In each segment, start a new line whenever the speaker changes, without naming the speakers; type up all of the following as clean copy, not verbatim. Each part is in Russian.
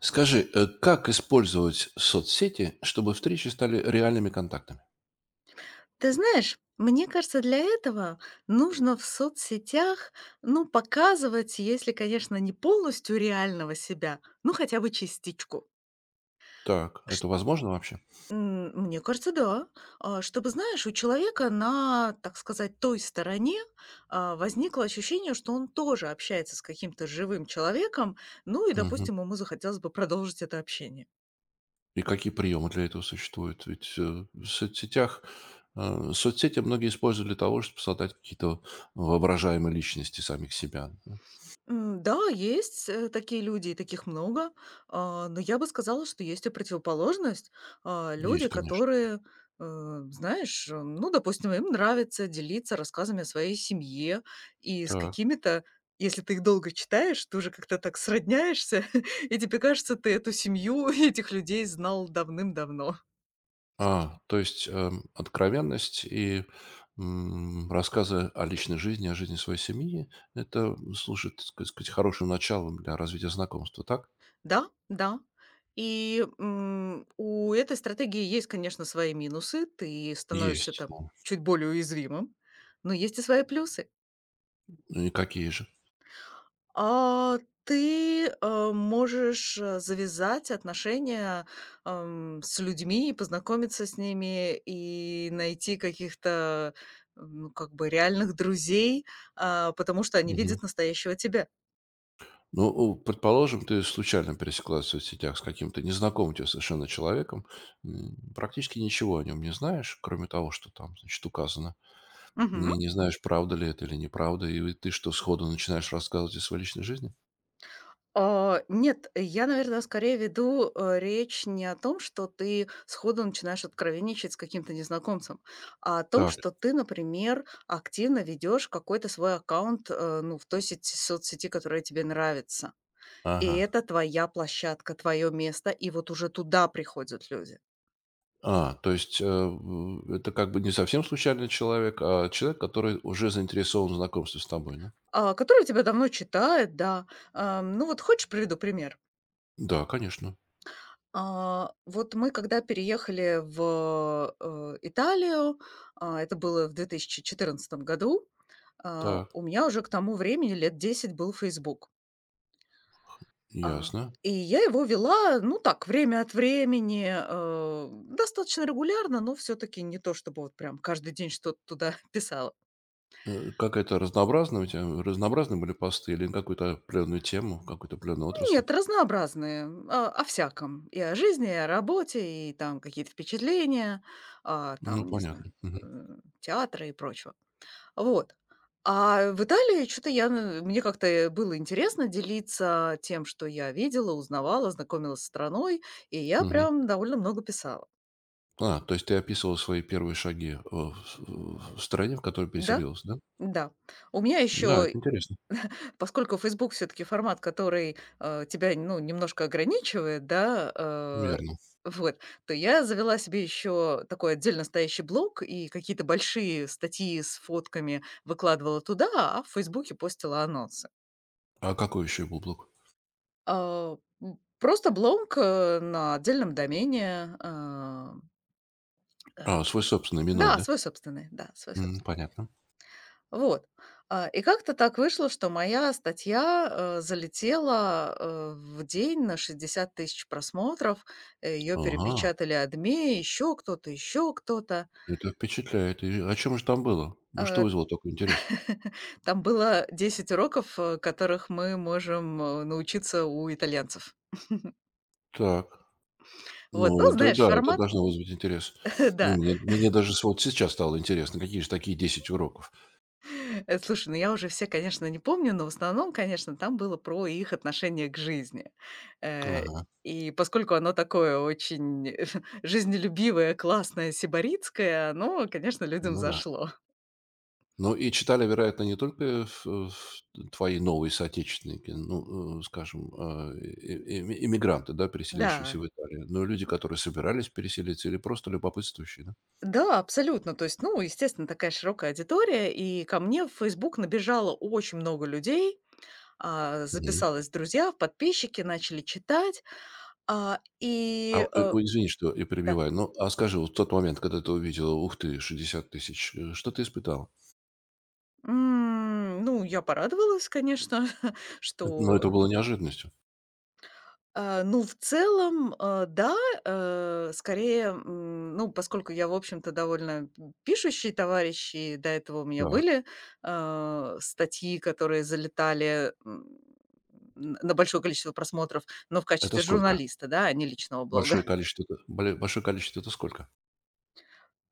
Скажи, как использовать соцсети, чтобы встречи стали реальными контактами?
Ты знаешь, мне кажется, для этого нужно в соцсетях, ну, показывать, если, конечно, не полностью реального себя, ну, хотя бы частичку.
Так,
Ш-
это возможно вообще?
м, Мне кажется, да. Чтобы, знаешь, у человека на, так сказать, той стороне возникло ощущение, что он тоже общается с каким-то живым человеком, ну и,
Мгм.
допустим, ему захотелось бы продолжить это общение.
И какие приемы для этого существуют? Ведь в соцсетях соцсети многие используют для того, чтобы создать какие-то воображаемые личности самих себя.
Да, есть, такие люди, и таких много. Но я бы сказала, что есть и противоположность. А,
Есть,
люди,
конечно.
которые, знаешь, ну, допустим, им нравится делиться рассказами о своей семье и с
Так.
какими-то если ты их долго читаешь, ты уже как-то так сродняешься, и тебе кажется, ты эту семью этих людей знал давным-давно.
А, то есть откровенность и рассказы о личной жизни, о жизни своей семьи, это служит, так сказать, хорошим началом для развития знакомства, так?
Да, да. И, у этой стратегии есть, конечно, свои минусы. Ты становишься
Есть.
там чуть более уязвимым, но есть и свои плюсы.
Ну и какие же?
А, ты, можешь, завязать отношения, с людьми, познакомиться с ними и найти каких-то, ну, как бы реальных друзей, потому что они
Мгм.
видят настоящего тебя.
Ну, у предположим, ты случайно пересеклась в соцсетях с каким-то незнакомым тебе совершенно человеком, практически ничего о нем не знаешь, кроме того, что там, значит, указано. И
Мгм.
не знаешь, правда ли это или неправда, и ты что, сходу начинаешь рассказывать о своей личной жизни?
Нет, я, наверное, скорее веду, речь не о том, что ты сходу начинаешь откровенничать с каким-то незнакомцем, а о том,
Так,
что ты, например, активно ведешь какой-то свой аккаунт, ну, в той сети соцсети, которая тебе нравится. И
ага.
это твоя площадка, твое место, и вот уже туда приходят люди,
А, то есть это как бы не совсем случайный человек, а человек, который уже заинтересован в знакомстве с тобой, да?
которые тебя давно читают, да. Ну вот хочешь, приведу пример?
Да, конечно.
Вот мы когда переехали в Италию. Это было в 2014 году.
Так,
У меня уже к тому времени лет 10 был Facebook. А,
ясно.
и я его вела, ну так, время от времени, достаточно регулярно, но все таки не то чтобы вот прям каждый день что-то туда писала.
Как это разнообразно у тебя? Разнообразны были посты или на какую-то определенную тему, какую-то определенную отрасль?
Нет, разнообразные, о всяком: и о жизни, и о работе, и там какие-то впечатления,
Ну,
там, не
понятно.
знаю, э,
Мгм.
театра и прочего. Вот. А в Италии что то я, н мне как-то, было интересно делиться тем, что я видела, узнавала, знакомилась с страной, и я
Мгм.
прям довольно много писала.
А, то есть ты описывал свои первые шаги, в стране, в которой
Да,
переселилась, да?
да. У меня
Да, это
еще,
интересно.
поскольку "Фейсбук" все таки формат, который, тебя, ну, немножко ограничивает, да,
Верно.
вот, то я завела себе еще такой отдельно стоящий блог и какие-то большие статьи с фотками выкладывала туда, а в "Фейсбуке" постила анонсы.
А какой еще был блог?
Просто Блонк, на отдельном домене, э,
А, свой собственный, "Миной",
да,
да?
свой собственный, да, свой
М,
собственный.
понятно.
Вот. И как-то так вышло, что моя статья, залетела, в день на 60 000 просмотров. Ее
Ага,
перепечатали "Адми", еще кто-то, еще кто-то.
это впечатляет. И о чем же там было? Ну, что
Э,
вызвало такой интерес?
там было 10 уроков, которых мы можем, научиться у итальянцев.
Так,
Вот,
ну,
ну,
это
знаешь,
да, это
формат,
должно вызвать интерес. Ну,
да.
мне даже с вот сейчас стало интересно, какие же такие 10 уроков.
Слушай, ну я уже все, конечно, не помню, но в основном, конечно, там было про их отношение к жизни. Э,
Ага.
и поскольку оно такое очень жизнелюбивое, классное, сибаритское, оно, конечно, людям
Ну да.
зашло.
Ну и читали, вероятно, не только ф ф твои новые соотечественники, ну, скажем, а, э, э, эми да, переселившиеся
Да.
в Италию, но и люди, которые собирались переселиться или просто любопытствующие, да?
Да, абсолютно. То есть, ну, естественно, такая широкая аудитория, и ко мне в Facebook набежало очень много людей,
Мгм.
записалось в друзья, в подписчики, начали читать. А, и, э
Ой, извини, что я
да.
перебиваю. Ну, а скажи, вот в тот момент, когда ты увидела, ух ты, 60 000, что ты испытал?
Ну, я порадовалась, конечно,
Ну,
что,
это было неожиданностью.
ну, в целом, да, скорее, ну, поскольку я, в общем-то, довольно пишущий товарищ, и до этого у меня
Так,
были статьи, которые залетали на большое количество просмотров, но в
это
качестве
сколько?
журналиста, да, а не личного блога.
Большое количество — это сколько?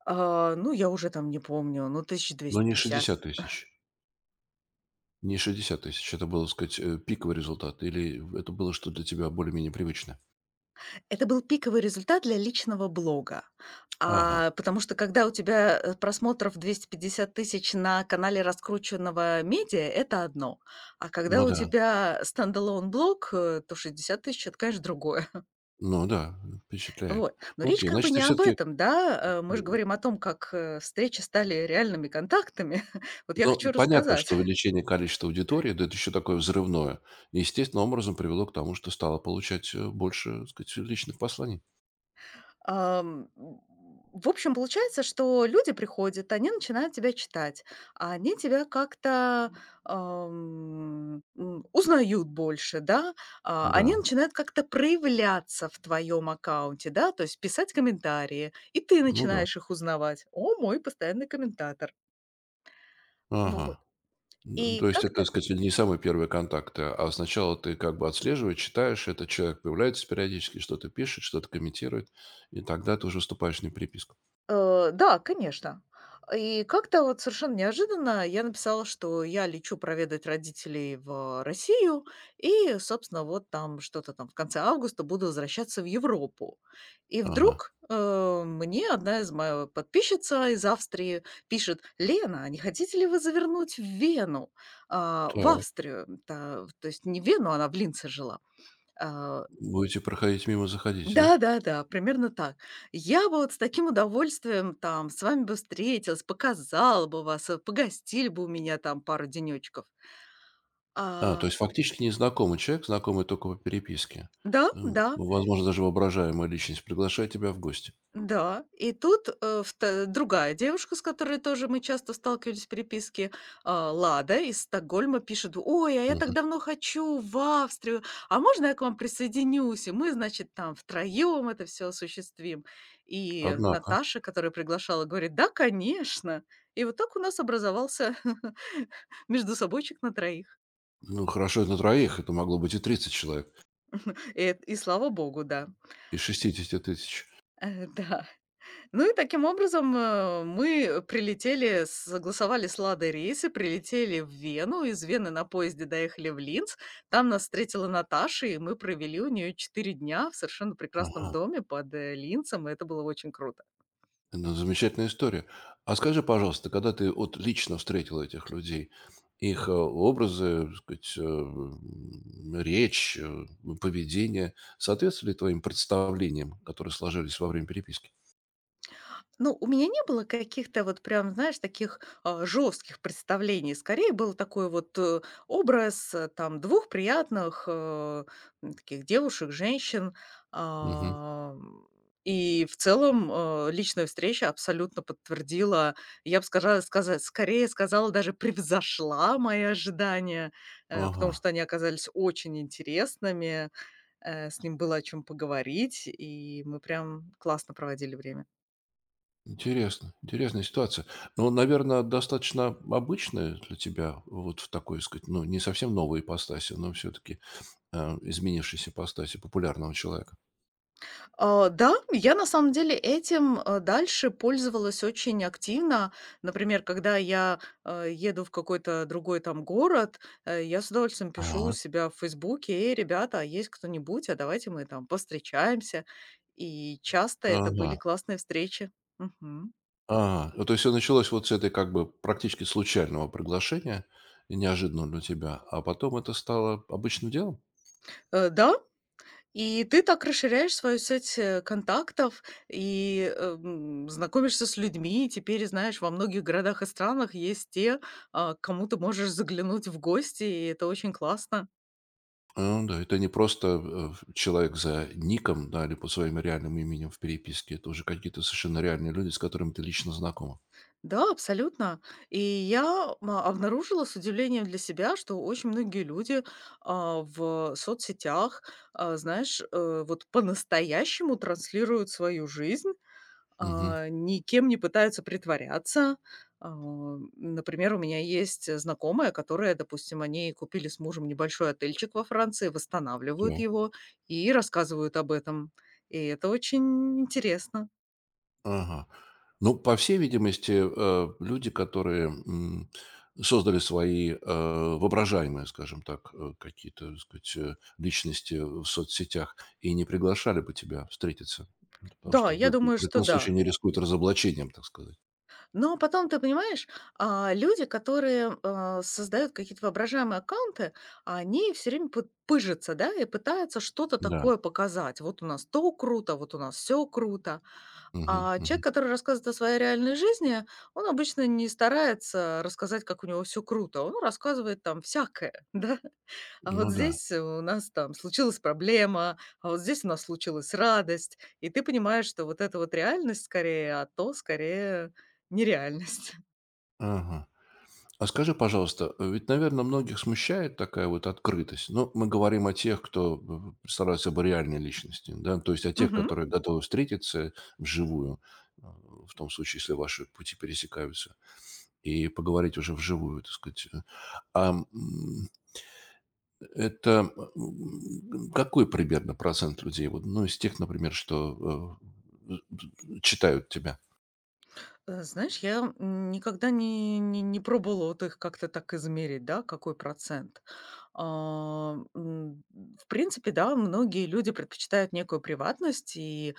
Ну, я уже там не помню, ну,
Ну, не
1250.
60 000. Не 60 тысяч. Это был, так сказать, пиковый результат? Или это было что для тебя более-менее привычное?
Это был пиковый результат для личного блога.
Ага.
Потому что когда у тебя, просмотров 250 000 на канале раскрученного медиа- это одно, а когда
Ну
у
да.
тебя стендалон блог, то 60 000 это, конечно, другое.
Ну да, впечатляет.
Вот. Но речь
Окей,
как бы
значит, ты
не об
все-таки
этом, да? Мы же говорим о том, как, встречи стали реальными контактами. Вот я
ну,
хочу
понятно,
рассказать.
что увеличение количества аудитории, да это еще такое взрывное, естественным образом привело к тому, что стало получать больше, так сказать, личных посланий.
Ам, м, в общем, получается, что люди приходят, они начинают тебя читать, а они тебя как-то, узнают больше, да,
Да,
они начинают как-то проявляться в твоем аккаунте, да, то есть писать комментарии, и ты
ну да.
начинаешь их узнавать. О, мой постоянный комментатор. Вот.
Ага. Н то
И
есть это, так
как-то.
сказать, не самые первые контакты, а сначала ты как бы отслеживаешь, читаешь, этот человек появляется периодически, что-то пишет, что-то комментирует, и тогда ты уже вступаешь в переписку.
Да, конечно. И как-то вот совершенно неожиданно я написала, что я лечу проведать родителей в Россию и, собственно, вот там что-то там в конце августа буду возвращаться в Европу. И
Ага.
вдруг, мне одна из моих подписчица из Австрии пишет: "Лена, а не хотите ли вы завернуть в Вену, в
Так,
Австрию?" То есть не в Вену, она в Линце жила. А
будете проходить мимо, заходите, да?
Да-да-да, примерно так. Я бы вот с таким удовольствием там с вами бы встретилась, показала бы вас, погостили бы у меня там пару денечков.
А, то
А,
есть фактически незнакомый человек, знакомый только по переписке.
да,
Ну,
да.
возможно, даже воображаемая личность приглашает тебя в гости.
Да, и тут, э, вт другая девушка, с которой тоже мы часто сталкивались в переписке, Лада из Стокгольма пишет: "Ой, а я так
Мгм.
давно хочу в Австрию, а можно я к вам присоединюсь?" И мы, значит, там втроем это все осуществим. И
Однако,
Наташа, которая приглашала, говорит: "Да, конечно". И вот так у нас образовался междусобойчик на троих.
ну, хорошо, это на троих, это могло быть и 30 человек,
И слава богу, да.
и 60 тысяч.
Да. Ну и таким образом, мы прилетели, согласовали с "Ладой" рейсы, прилетели в Вену, из Вены на поезде доехали в Линц. Там нас встретила Наташа, и мы провели у нее 4 дня в совершенно прекрасном
Ага.
доме под Линцем, и это было очень круто.
Ну, замечательная история. А скажи, пожалуйста, когда ты вот лично встретил этих людей, их образы, так сказать, речь, поведение соответствовали твоим представлениям, которые сложились во время переписки?
Ну, у меня не было каких-то вот прям, знаешь, таких, жестких представлений. Скорее был такой вот, образ, там двух приятных, таких девушек, женщин.
Мгм.
Ам, и в целом, личная встреча абсолютно подтвердила, я бы сказала сказа скорее сказала, даже превзошла мои ожидания,
Ага.
потому что они оказались очень интересными, с ним было о чем поговорить, и мы прям классно проводили время.
Интересно, интересная ситуация. Ну, наверное, достаточно обычная для тебя вот в такой, сказать, ну, не совсем новой ипостаси, но все-таки изменившейся ипостаси популярного человека.
Да, я на самом деле этим, дальше пользовалась очень активно. Например, когда я, еду в какой-то другой там город, я с удовольствием пишу у
Ага.
себя в "Фейсбуке": "Эй, ребята, а есть кто-нибудь? А давайте мы там повстречаемся". И часто это были
Ага.
классные встречи. Мгм.
А, ну, то есть все началось вот с этой как бы практически случайного приглашения, и неожиданного для тебя, а потом это стало обычным делом?
Да. И ты так расширяешь свою сеть, контактов и, знакомишься с людьми. И теперь, знаешь, во многих городах и странах есть те, к кому ты можешь заглянуть в гости, и это очень классно.
А, да, это не просто, человек за ником, да, или под своим реальным именем в переписке. Это уже какие-то совершенно реальные люди, с которыми ты лично знакома.
Да, абсолютно. И я, ма обнаружила с удивлением для себя, что очень многие люди, в соцсетях, знаешь, вот по-настоящему транслируют свою жизнь.
Мгм.
Никем не пытаются притворяться. А, Например, у меня есть, знакомая, которая, допустим, они купили с мужем небольшой отельчик во Франции, восстанавливают его и рассказывают об этом. И это очень интересно.
Ага. Ну, по всей видимости, люди, которые создали свои воображаемые, скажем так, какие-то, так сказать, личности в соцсетях и не приглашали бы тебя встретиться, потому
Да,
что
я думаю,
в
что
этом случае
да.
они рискуют разоблачением, так сказать.
Но потом, ты понимаешь, люди, которые, создают какие-то воображаемые аккаунты, они все время пы пыжатся, да, и пытаются что-то
Да.
такое показать. Вот у нас то круто, вот у нас все круто.
Мгм,
А
мгм.
человек, который рассказывает о своей реальной жизни, он обычно не старается рассказать, как у него все круто. Он рассказывает там всякое, да. А вот
Ну да.
здесь у нас там случилась проблема, а вот здесь у нас случилась радость. И ты понимаешь, что вот это вот реальность скорее, а то скорее нереальность.
Ага. А скажи, пожалуйста, ведь, наверное, многих смущает такая вот открытость. Ну, мы говорим о тех, кто представляет собой реальные личности, да, то есть о тех,
Мгм.
которые готовы встретиться вживую, э, в том случае, если ваши пути пересекаются, и поговорить уже вживую, так сказать. А м, это какой примерно процент людей, вот, ну, из тех, например, что э, читают тебя?
Знаешь, я, никогда не пробовала вот их как-то так измерить, да, какой процент. В принципе, да, многие люди предпочитают некую приватность, и,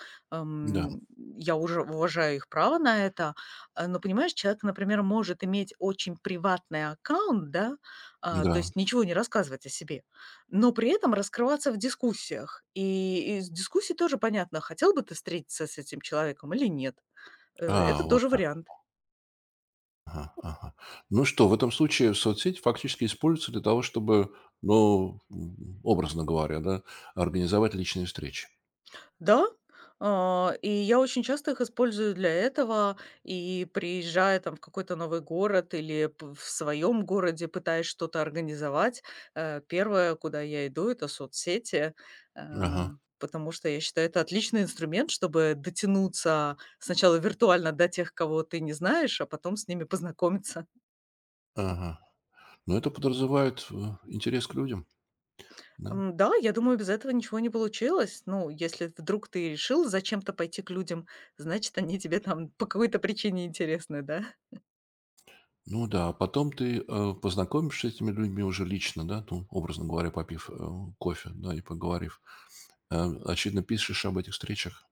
Да,
я уже уважаю их право на это. Но, понимаешь, человек, например, может иметь очень приватный аккаунт, да, то
да.
есть ничего не рассказывать о себе, но при этом раскрываться в дискуссиях. И из дискуссий тоже понятно, хотел бы ты встретиться с этим человеком или нет. Это
А, вот
тоже
так.
вариант.
Ага, ага. Ну что, в этом случае соцсети фактически используются для того, чтобы, ну, образно говоря, да, организовать личные встречи.
Да, и я очень часто их использую для этого. И приезжая там в какой-то новый город или п в своем городе, пытаясь что-то организовать, 1, куда я иду- это соцсети, э,
Ага,
потому что я считаю, это отличный инструмент, чтобы дотянуться сначала виртуально до тех, кого ты не знаешь, а потом с ними познакомиться.
ага. Но это подразумевает интерес к людям, да.
Да, я думаю, без этого ничего не получилось. Ну, если вдруг ты решил зачем-то пойти к людям, значит, они тебе там по какой-то причине интересны, да?
Ну да, а потом ты познакомишься с этими людьми уже лично, да, ну, образно говоря, попив кофе, да, и поговорив. Очевидно, пишешь об этих встречах.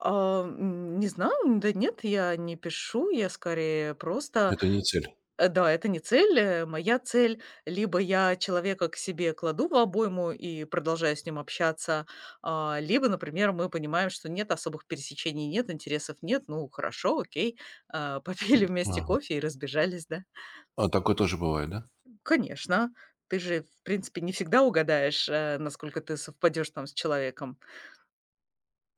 Не знаю, да нет, я не пишу, я скорее просто
Это не цель.
да, это не цель, моя цель. Либо я человека к себе кладу в обойму и продолжаю с ним общаться, либо, например, мы понимаем, что нет особых пересечений, нет интересов, нет, ну хорошо, окей, а, попили вместе
Ага.
кофе и разбежались, да.
А такое тоже бывает, да?
Конечно, ты же, в принципе, не всегда угадаешь, насколько ты совпадешь там с человеком.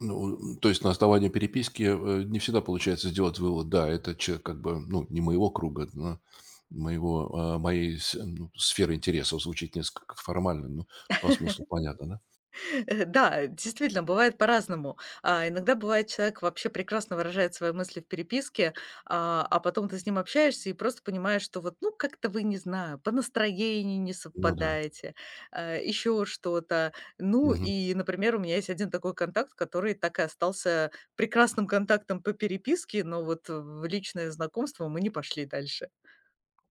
Ну, то есть на основании переписки, не всегда получается сделать вывод: да, это человек как бы, ну, не моего круга, но моего, моей с ну, сферы интересов. Звучит несколько формально, но по смыслу понятно, да?
Да, действительно, бывает по-разному. Иногда бывает, человек вообще прекрасно выражает свои мысли в переписке, а потом ты с ним общаешься и просто понимаешь, что вот, ну, как-то вы, не знаю, по настроению не
Ну да.
совпадаете, еще что-то. Ну
Мгм.
и, например, у меня есть один такой контакт, который так и остался прекрасным контактом по переписке, но вот в личное знакомство мы не пошли дальше.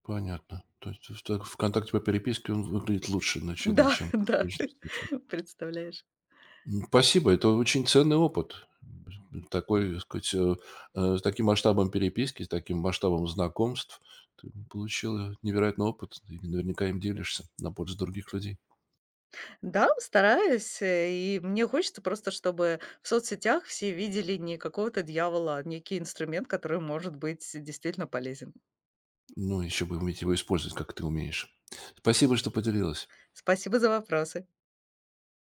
Понятно. То есть в так в "Контакте" по переписке он выглядит лучше, значит,
Да,
чем
да,
личная встреча.
представляешь.
Спасибо, это очень ценный опыт. Такой, так сказать, с таким масштабом переписки, с таким масштабом знакомств ты получил невероятный опыт. И наверняка им делишься на пользу других людей.
Да, стараюсь, и мне хочется просто, чтобы в соцсетях все видели не какого-то дьявола, а некий инструмент, который может быть действительно полезен.
Ну, еще бы уметь его использовать, как ты умеешь. Спасибо, что поделилась.
Спасибо за вопросы.